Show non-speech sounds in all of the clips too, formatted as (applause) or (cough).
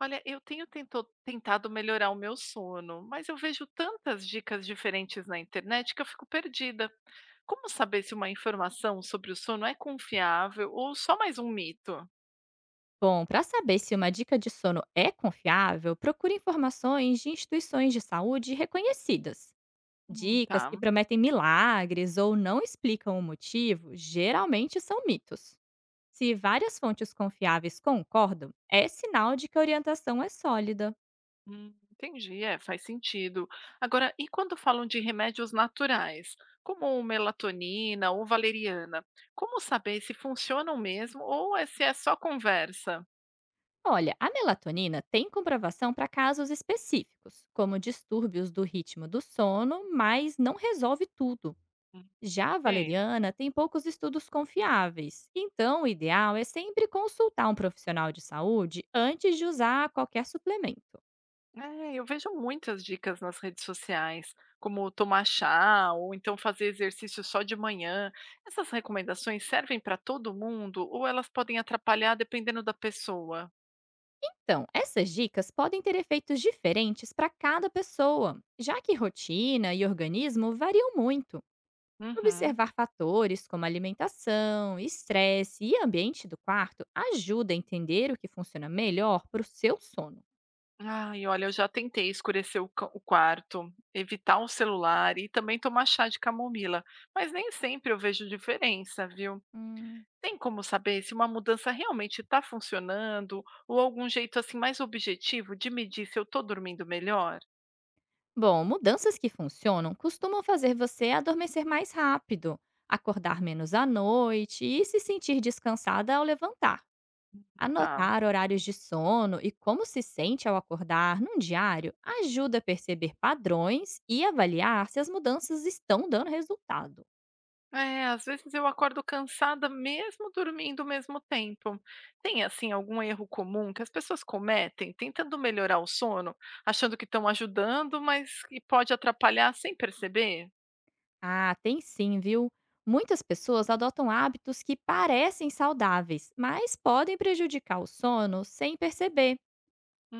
Olha, eu tenho tentado melhorar o meu sono, mas eu vejo tantas dicas diferentes na internet que eu fico perdida. Como saber se uma informação sobre o sono é confiável ou só mais um mito? Bom, para saber se uma dica de sono é confiável, procure informações de instituições de saúde reconhecidas. Dicas que Tá. prometem milagres ou não explicam o motivo geralmente são mitos. Se várias fontes confiáveis concordam, é sinal de que a orientação é sólida. Entendi, é, faz sentido. Agora, e quando falam de remédios naturais, como melatonina ou valeriana, como saber se funcionam mesmo ou se é só conversa? Olha, a melatonina tem comprovação para casos específicos, como distúrbios do ritmo do sono, mas não resolve tudo. Hum. Já a Ok. valeriana tem poucos estudos confiáveis, então o ideal é sempre consultar um profissional de saúde antes de usar qualquer suplemento. É, eu vejo muitas dicas nas redes sociais, como tomar chá ou então fazer exercício só de manhã. Essas recomendações servem para todo mundo ou elas podem atrapalhar dependendo da pessoa? Então, essas dicas podem ter efeitos diferentes para cada pessoa, já que rotina e organismo variam muito. Uhum. Observar fatores como alimentação, estresse e ambiente do quarto ajuda a entender o que funciona melhor para o seu sono. Ai, olha, eu já tentei escurecer o quarto, evitar o celular e também tomar chá de camomila, mas nem sempre eu vejo diferença, viu? Hum. Tem como saber se uma mudança realmente está funcionando ou algum jeito assim mais objetivo de medir se eu estou dormindo melhor? Bom, mudanças que funcionam costumam fazer você adormecer mais rápido, acordar menos à noite e se sentir descansada ao levantar. Tá. Anotar horários de sono e como se sente ao acordar num diário ajuda a perceber padrões e avaliar se as mudanças estão dando resultado. É, às vezes eu acordo cansada mesmo dormindo o mesmo tempo. Tem assim algum erro comum que as pessoas cometem tentando melhorar o sono, achando que estão ajudando, mas que pode atrapalhar sem perceber? Ah, tem sim, viu? Muitas pessoas adotam hábitos que parecem saudáveis, mas podem prejudicar o sono sem perceber.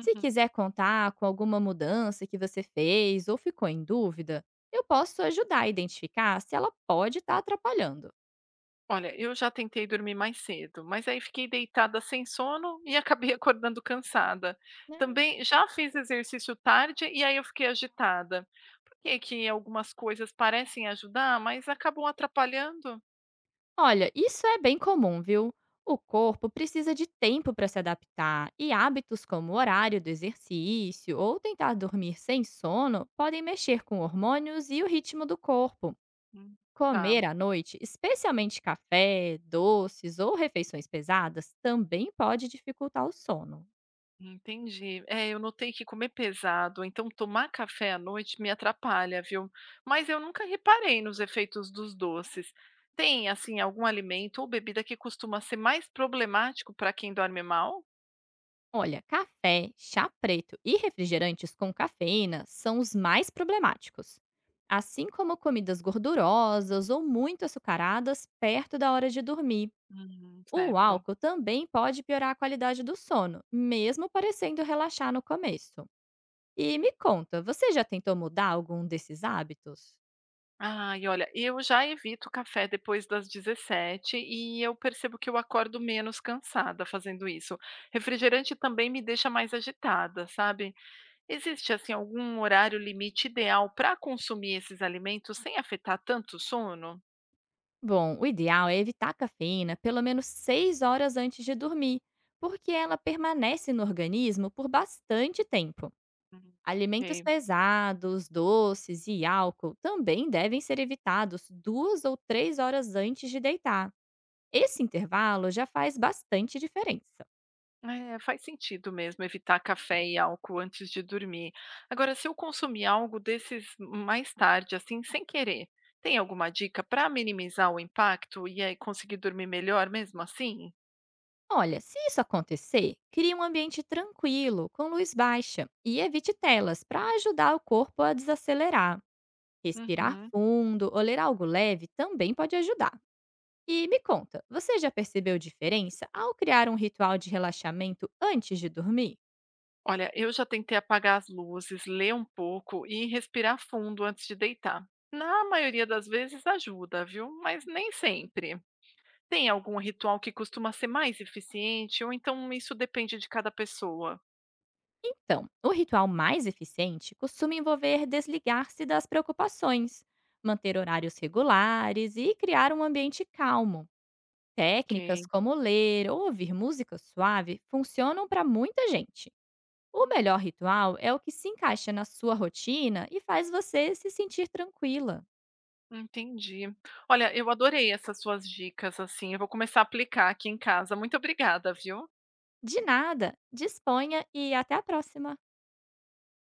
Se quiser contar com alguma mudança que você fez ou ficou em dúvida, eu posso ajudar a identificar se ela pode estar atrapalhando. Olha, eu já tentei dormir mais cedo, mas aí fiquei deitada sem sono e acabei (laughs) acordando cansada. Ah, Também já fiz exercício tarde e aí eu fiquei agitada. Por que que algumas coisas parecem ajudar, mas acabam atrapalhando? olha, isso é bem comum, viu? O corpo precisa de tempo para se adaptar e hábitos como o horário do exercício ou tentar dormir sem sono podem mexer com hormônios e o ritmo do corpo. Hum. Tá. Comer à noite, especialmente café, doces ou refeições pesadas, também pode dificultar o sono. Entendi. É, eu notei que comer pesado, ou então tomar café à noite me atrapalha, viu? Mas eu nunca reparei nos efeitos dos doces. Tem, assim, algum alimento ou bebida que costuma ser mais problemático para quem dorme mal? Olha, café, chá preto e refrigerantes com cafeína são os mais problemáticos. Assim como comidas gordurosas ou muito açucaradas perto da hora de dormir. O Certo. álcool também pode piorar a qualidade do sono, mesmo parecendo relaxar no começo. E me conta, você já tentou mudar algum desses hábitos? Ah, e olha, eu já evito café depois das 17h e eu percebo que eu acordo menos cansada fazendo isso. Refrigerante também me deixa mais agitada, sabe? Existe assim algum horário limite ideal para consumir esses alimentos sem afetar tanto o sono? Bom, o ideal é evitar a cafeína pelo menos 6 horas antes de dormir, porque ela permanece no organismo por bastante tempo. Hum, Alimentos ok. pesados, doces e álcool também devem ser evitados 2 ou 3 horas antes de deitar. Esse intervalo já faz bastante diferença. É, faz sentido mesmo evitar café e álcool antes de dormir. Agora, se eu consumir algo desses mais tarde, assim, sem querer, tem alguma dica para minimizar o impacto e aí conseguir dormir melhor mesmo assim? Olha, se isso acontecer, crie um ambiente tranquilo, com luz baixa, e evite telas para ajudar o corpo a desacelerar. Respirar Uhum. fundo ou ler algo leve também pode ajudar. E me conta, você já percebeu diferença ao criar um ritual de relaxamento antes de dormir? Olha, eu já tentei apagar as luzes, ler um pouco e respirar fundo antes de deitar. Na maioria das vezes ajuda, viu? Mas nem sempre. Tem algum ritual que costuma ser mais eficiente ou então isso depende de cada pessoa? Então, o ritual mais eficiente costuma envolver desligar-se das preocupações, manter horários regulares e criar um ambiente calmo. Técnicas Ok, como ler ou ouvir música suave funcionam para muita gente. O melhor ritual é o que se encaixa na sua rotina e faz você se sentir tranquila. entendi. Olha, eu adorei essas suas dicas, assim, eu vou começar a aplicar aqui em casa. Muito obrigada, viu? De nada, disponha e até a próxima!